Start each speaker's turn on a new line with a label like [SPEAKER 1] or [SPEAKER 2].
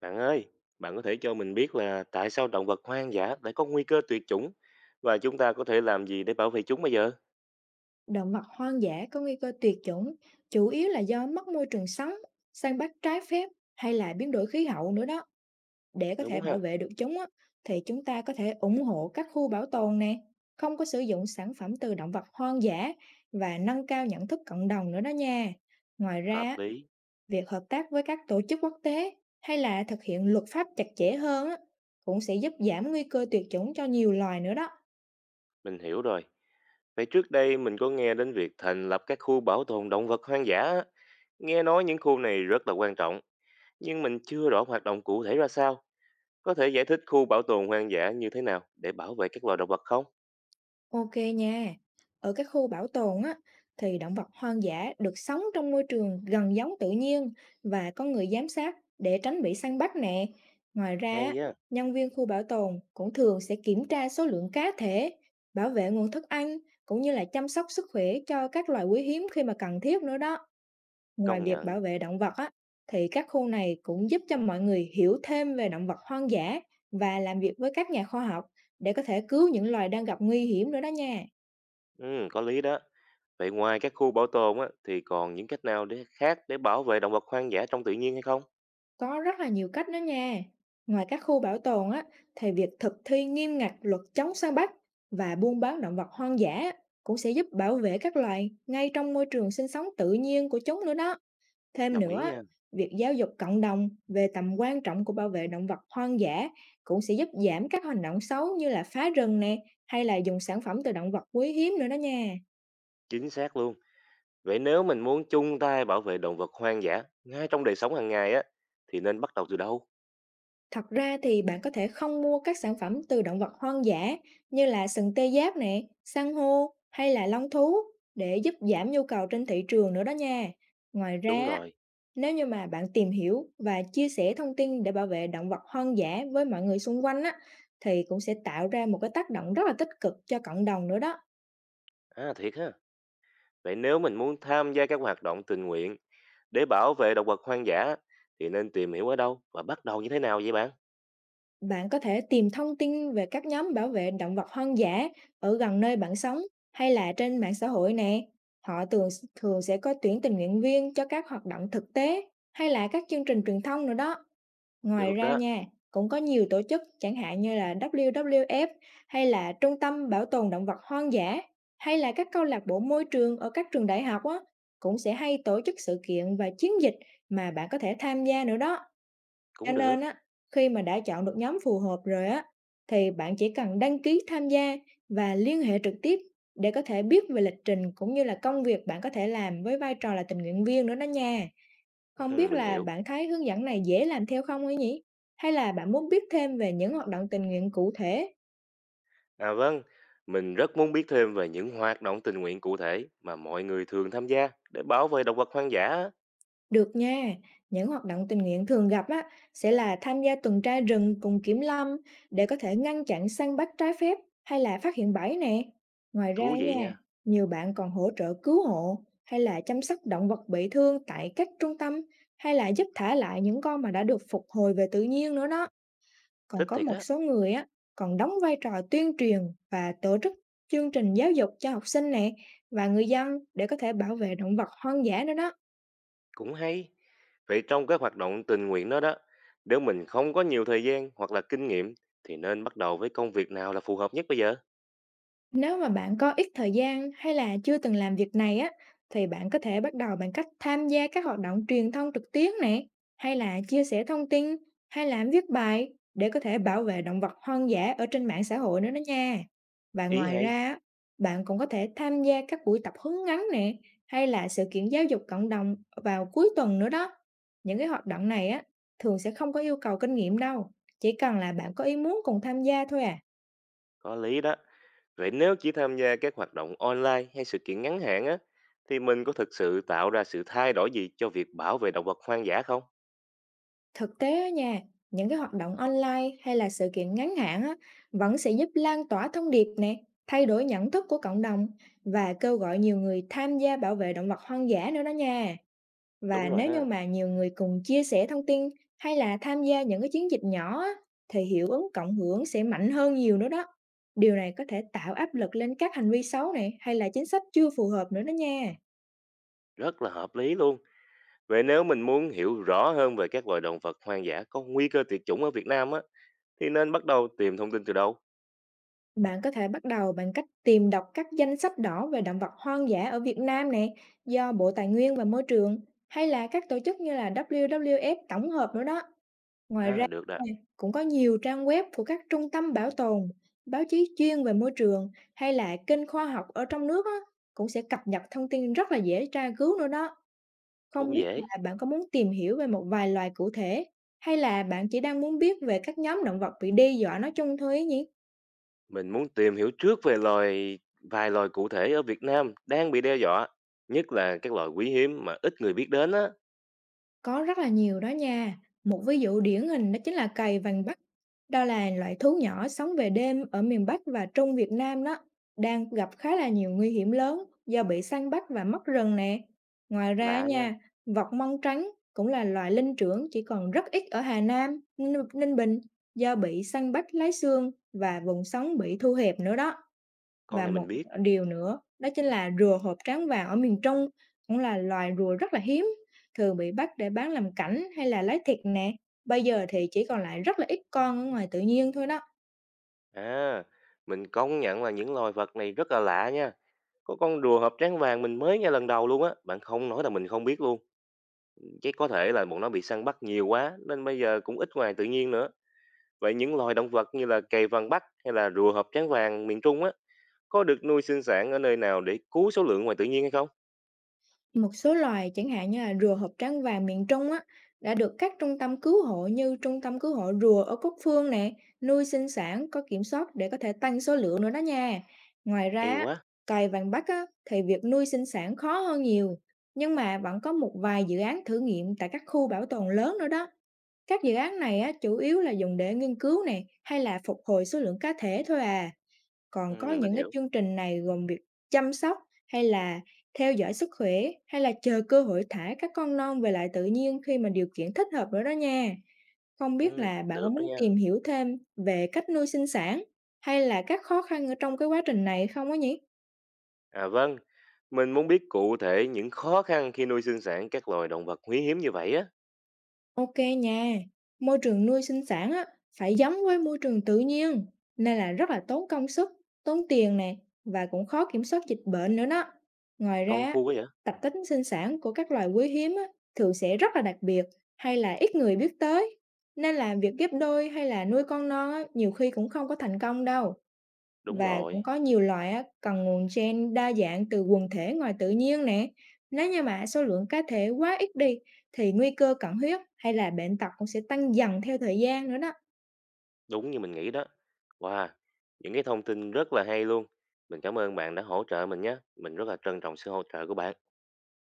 [SPEAKER 1] Bạn ơi, bạn có thể cho mình biết là tại sao động vật hoang dã lại có nguy cơ tuyệt chủng và chúng ta có thể làm gì để bảo vệ chúng bây giờ?
[SPEAKER 2] Động vật hoang dã có nguy cơ tuyệt chủng chủ yếu là do mất môi trường sống, săn bắt trái phép hay là biến đổi khí hậu nữa đó. Để có thể
[SPEAKER 1] Đúng
[SPEAKER 2] bảo
[SPEAKER 1] ha,
[SPEAKER 2] vệ được chúng á, thì chúng ta có thể ủng hộ các khu bảo tồn nè, không có sử dụng sản phẩm từ động vật hoang dã và nâng cao nhận thức cộng đồng nữa đó nha. Ngoài ra,
[SPEAKER 1] hợp
[SPEAKER 2] á,
[SPEAKER 1] lý,
[SPEAKER 2] việc hợp tác với các tổ chức quốc tế hay là thực hiện luật pháp chặt chẽ hơn á, cũng sẽ giúp giảm nguy cơ tuyệt chủng cho nhiều loài nữa đó.
[SPEAKER 1] mình hiểu rồi. Vậy trước đây mình có nghe đến việc thành lập các khu bảo tồn động vật hoang dã, á. Nghe nói những khu này rất là quan trọng, nhưng mình chưa rõ hoạt động cụ thể ra sao. Có thể giải thích khu bảo tồn hoang dã như thế nào để bảo vệ các loài động vật không?
[SPEAKER 2] Ok nha. Ở các khu bảo tồn á, thì động vật hoang dã được sống trong môi trường gần giống tự nhiên và có người giám sát để tránh bị săn bắt nè. Ngoài ra, á,
[SPEAKER 1] Hay á,
[SPEAKER 2] nhân viên khu bảo tồn cũng thường sẽ kiểm tra số lượng cá thể, bảo vệ nguồn thức ăn cũng như là chăm sóc sức khỏe cho các loài quý hiếm khi mà cần thiết nữa đó. Ngoài
[SPEAKER 1] công
[SPEAKER 2] việc
[SPEAKER 1] nhận.
[SPEAKER 2] bảo vệ động vật á, thì các khu này cũng giúp cho mọi người hiểu thêm về động vật hoang dã và làm việc với các nhà khoa học để có thể cứu những loài đang gặp nguy hiểm nữa đó nha.
[SPEAKER 1] Ừ, có lý đó. Vậy ngoài các khu bảo tồn á, thì còn những cách nào khác để bảo vệ động vật hoang dã trong tự nhiên hay không?
[SPEAKER 2] Có rất là nhiều cách đó nha. Ngoài các khu bảo tồn á, thì việc thực thi nghiêm ngặt luật chống săn bắt và buôn bán động vật hoang dã cũng sẽ giúp bảo vệ các loài ngay trong môi trường sinh sống tự nhiên của chúng nữa đó. Thêm
[SPEAKER 1] Đồng ý
[SPEAKER 2] nữa,
[SPEAKER 1] nha,
[SPEAKER 2] việc giáo dục cộng đồng về tầm quan trọng của bảo vệ động vật hoang dã cũng sẽ giúp giảm các hành động xấu như là phá rừng nè, hay là dùng sản phẩm từ động vật quý hiếm nữa đó nha.
[SPEAKER 1] chính xác luôn. Vậy nếu mình muốn chung tay bảo vệ động vật hoang dã ngay trong đời sống hàng ngày á, thì nên bắt đầu từ đâu?
[SPEAKER 2] Thật ra thì bạn có thể không mua các sản phẩm từ động vật hoang dã như là sừng tê giác nè, san hô hay là long thú, để giúp giảm nhu cầu trên thị trường nữa đó nha. Ngoài
[SPEAKER 1] Đúng
[SPEAKER 2] ra, á,
[SPEAKER 1] rồi.
[SPEAKER 2] nếu như mà bạn tìm hiểu và chia sẻ thông tin để bảo vệ động vật hoang dã với mọi người xung quanh á, thì cũng sẽ tạo ra một cái tác động rất là tích cực cho cộng đồng nữa đó.
[SPEAKER 1] À thiệt ha. Vậy nếu mình muốn tham gia các hoạt động tình nguyện để bảo vệ động vật hoang dã thì nên tìm hiểu ở đâu và bắt đầu như thế nào vậy bạn?
[SPEAKER 2] Bạn có thể tìm thông tin về các nhóm bảo vệ động vật hoang dã ở gần nơi bạn sống, hay là trên mạng xã hội nè. Họ thường thường sẽ có tuyển tình nguyện viên cho các hoạt động thực tế hay là các chương trình truyền thông nữa đó. Ngoài
[SPEAKER 1] Được
[SPEAKER 2] ra
[SPEAKER 1] đó,
[SPEAKER 2] nha, cũng có nhiều tổ chức chẳng hạn như là WWF, hay là Trung tâm Bảo tồn Động vật Hoang dã, hay là các câu lạc bộ môi trường ở các trường đại học á, cũng sẽ hay tổ chức sự kiện và chiến dịch mà bạn có thể tham gia nữa đó. Cho
[SPEAKER 1] cũng
[SPEAKER 2] nên
[SPEAKER 1] được.
[SPEAKER 2] á, khi mà đã chọn được nhóm phù hợp rồi á, thì bạn chỉ cần đăng ký tham gia và liên hệ trực tiếp để có thể biết về lịch trình cũng như là công việc bạn có thể làm với vai trò là tình nguyện viên nữa đó nha. Không biết
[SPEAKER 1] Mình
[SPEAKER 2] là
[SPEAKER 1] hiểu.
[SPEAKER 2] bạn thấy hướng dẫn này dễ làm theo không ấy nhỉ? Hay là bạn muốn biết thêm về những hoạt động tình nguyện cụ thể?
[SPEAKER 1] À vâng, mình rất muốn biết thêm về những hoạt động tình nguyện cụ thể mà mọi người thường tham gia để bảo vệ động vật hoang dã. Á.
[SPEAKER 2] Được nha, những hoạt động tình nguyện thường gặp á, sẽ là tham gia tuần tra rừng cùng kiểm lâm để có thể ngăn chặn săn bắt trái phép hay là phát hiện bẫy nè. Ngoài
[SPEAKER 1] Thú
[SPEAKER 2] ra
[SPEAKER 1] vị
[SPEAKER 2] nha,
[SPEAKER 1] nha,
[SPEAKER 2] nhiều bạn còn hỗ trợ cứu hộ hay là chăm sóc động vật bị thương tại các trung tâm, hay là giúp thả lại những con mà đã được phục hồi về tự nhiên nữa đó. Còn
[SPEAKER 1] thích
[SPEAKER 2] có
[SPEAKER 1] thiệt
[SPEAKER 2] một
[SPEAKER 1] á,
[SPEAKER 2] số người á, còn đóng vai trò tuyên truyền và tổ chức chương trình giáo dục cho học sinh nè, và người dân, để có thể bảo vệ động vật hoang dã nữa đó.
[SPEAKER 1] cũng hay. Vậy trong các hoạt động tình nguyện đó đó, nếu mình không có nhiều thời gian hoặc là kinh nghiệm thì nên bắt đầu với công việc nào là phù hợp nhất bây giờ?
[SPEAKER 2] Nếu mà bạn có ít thời gian hay là chưa từng làm việc này á, thì bạn có thể bắt đầu bằng cách tham gia các hoạt động truyền thông trực tuyến nè, hay là chia sẻ thông tin, hay là viết bài để có thể bảo vệ động vật hoang dã ở trên mạng xã hội nữa đó nha. Và
[SPEAKER 1] Ý
[SPEAKER 2] ngoài
[SPEAKER 1] hay,
[SPEAKER 2] ra, á, bạn cũng có thể tham gia các buổi tập huấn ngắn nè, hay là sự kiện giáo dục cộng đồng vào cuối tuần nữa đó. Những cái hoạt động này á, thường sẽ không có yêu cầu kinh nghiệm đâu, chỉ cần là bạn có ý muốn cùng tham gia thôi à.
[SPEAKER 1] có lý đó. Vậy nếu chỉ tham gia các hoạt động online hay sự kiện ngắn hạn á, thì mình có thực sự tạo ra sự thay đổi gì cho việc bảo vệ động vật hoang dã không?
[SPEAKER 2] Thực tế á nha, những cái hoạt động online hay là sự kiện ngắn hạn á, vẫn sẽ giúp lan tỏa thông điệp nè, thay đổi nhận thức của cộng đồng và kêu gọi nhiều người tham gia bảo vệ động vật hoang dã nữa đó nha. Và
[SPEAKER 1] Đúng rồi
[SPEAKER 2] nếu như
[SPEAKER 1] ha,
[SPEAKER 2] mà nhiều người cùng chia sẻ thông tin hay là tham gia những cái chiến dịch nhỏ á, thì hiệu ứng cộng hưởng sẽ mạnh hơn nhiều nữa đó. Điều này có thể tạo áp lực lên các hành vi xấu này, hay là chính sách chưa phù hợp nữa đó nha.
[SPEAKER 1] rất là hợp lý luôn. Vậy nếu mình muốn hiểu rõ hơn về các loài động vật hoang dã có nguy cơ tuyệt chủng ở Việt Nam á, thì nên bắt đầu tìm thông tin từ đâu?
[SPEAKER 2] Bạn có thể bắt đầu bằng cách tìm đọc các danh sách đỏ về động vật hoang dã ở Việt Nam nè, do Bộ Tài nguyên và Môi trường hay là các tổ chức như là WWF tổng hợp nữa đó. Ngoài ra,
[SPEAKER 1] À, được đó,
[SPEAKER 2] cũng có nhiều trang web của các trung tâm bảo tồn, báo chí chuyên về môi trường hay là kênh khoa học ở trong nước á, cũng sẽ cập nhật thông tin rất là dễ tra cứu nữa đó. Không
[SPEAKER 1] cũng
[SPEAKER 2] biết
[SPEAKER 1] dễ.
[SPEAKER 2] là bạn có muốn tìm hiểu về một vài loài cụ thể, hay là bạn chỉ đang muốn biết về các nhóm động vật bị đe dọa nói chung thôi ấy nhỉ?
[SPEAKER 1] Mình muốn tìm hiểu trước về vài loài cụ thể ở Việt Nam đang bị đe dọa, nhất là các loài quý hiếm mà ít người biết đến á.
[SPEAKER 2] Có rất là nhiều đó nha. Một ví dụ điển hình đó chính là cầy vàng Bắc. Đó là loại thú nhỏ sống về đêm ở miền Bắc và Trung Việt Nam đó, đang gặp khá là nhiều nguy hiểm lớn do bị săn bắt và mất rừng nè. Ngoài ra
[SPEAKER 1] Lạ nha,
[SPEAKER 2] nha, vọc mông trắng cũng là loại linh trưởng chỉ còn rất ít ở Hà Nam, Ninh Ninh Bình, do bị săn bắt lấy xương và vùng sống bị thu hẹp nữa đó.
[SPEAKER 1] con
[SPEAKER 2] Và
[SPEAKER 1] này
[SPEAKER 2] một
[SPEAKER 1] mình biết.
[SPEAKER 2] điều nữa đó chính là rùa hộp trán vàng ở miền Trung, cũng là loài rùa rất là hiếm, thường bị bắt để bán làm cảnh hay là lấy thịt nè. Bây giờ thì chỉ còn lại rất là ít con ở ngoài tự nhiên thôi đó.
[SPEAKER 1] À, mình công nhận là những loài vật này rất là lạ nha. Có con rùa hợp trán vàng mình mới nghe lần đầu luôn á, bạn không nói là mình không biết luôn. Chắc có thể là bọn nó bị săn bắt nhiều quá nên bây giờ cũng ít ngoài tự nhiên nữa. Vậy những loài động vật như là cầy vàng Bắc hay là rùa hợp trán vàng miền Trung á, có được nuôi sinh sản ở nơi nào để cứu số lượng ngoài tự nhiên hay không?
[SPEAKER 2] Một số loài chẳng hạn như là rùa hợp trắng vàng miền Trung á, đã được các trung tâm cứu hộ như trung tâm cứu hộ rùa ở Cúc Phương nè, nuôi sinh sản có kiểm soát để có thể tăng số lượng nữa đó nha. Ngoài ra,
[SPEAKER 1] Hay
[SPEAKER 2] á,
[SPEAKER 1] quá.
[SPEAKER 2] cày vàng Bắc á, thì việc nuôi sinh sản khó hơn nhiều, nhưng mà vẫn có một vài dự án thử nghiệm tại các khu bảo tồn lớn nữa đó. Các dự án này á, chủ yếu là dùng để nghiên cứu nè, hay là phục hồi số lượng cá thể thôi à.
[SPEAKER 1] Ừ,
[SPEAKER 2] Còn có
[SPEAKER 1] mình
[SPEAKER 2] những cái
[SPEAKER 1] hiểu.
[SPEAKER 2] chương trình này gồm việc chăm sóc, hay là theo dõi sức khỏe, hay là chờ cơ hội thả các con non về lại tự nhiên khi mà điều kiện thích hợp nữa đó nha. Không biết
[SPEAKER 1] Ừ,
[SPEAKER 2] là bạn có
[SPEAKER 1] được đó
[SPEAKER 2] muốn
[SPEAKER 1] nha.
[SPEAKER 2] tìm hiểu thêm về cách nuôi sinh sản, hay là các khó khăn ở trong cái quá trình này không á nhỉ?
[SPEAKER 1] À vâng, mình muốn biết cụ thể những khó khăn khi nuôi sinh sản các loài động vật quý hiếm như vậy á.
[SPEAKER 2] Ok nha, môi trường nuôi sinh sản á, phải giống với môi trường tự nhiên, nên là rất là tốn công sức, tốn tiền nè, và cũng khó kiểm soát dịch bệnh nữa đó. Ngoài
[SPEAKER 1] Công
[SPEAKER 2] ra,
[SPEAKER 1] phu quá vậy?
[SPEAKER 2] tập tính sinh sản của các loài quý hiếm á, thường sẽ rất là đặc biệt hay là ít người biết tới, nên là việc ghép đôi hay là nuôi con non á, nhiều khi cũng không có thành công đâu.
[SPEAKER 1] Đúng
[SPEAKER 2] Và cũng
[SPEAKER 1] rồi,
[SPEAKER 2] có nhiều loài á, cần nguồn gen đa dạng từ quần thể ngoài tự nhiên nè. Nếu như mà số lượng cá thể quá ít đi thì nguy cơ cận huyết hay là bệnh tật cũng sẽ tăng dần theo thời gian nữa đó.
[SPEAKER 1] đúng như mình nghĩ đó. Wow, những cái thông tin rất là hay luôn. Mình cảm ơn bạn đã hỗ trợ mình nhé. Mình rất là trân trọng sự hỗ trợ của bạn.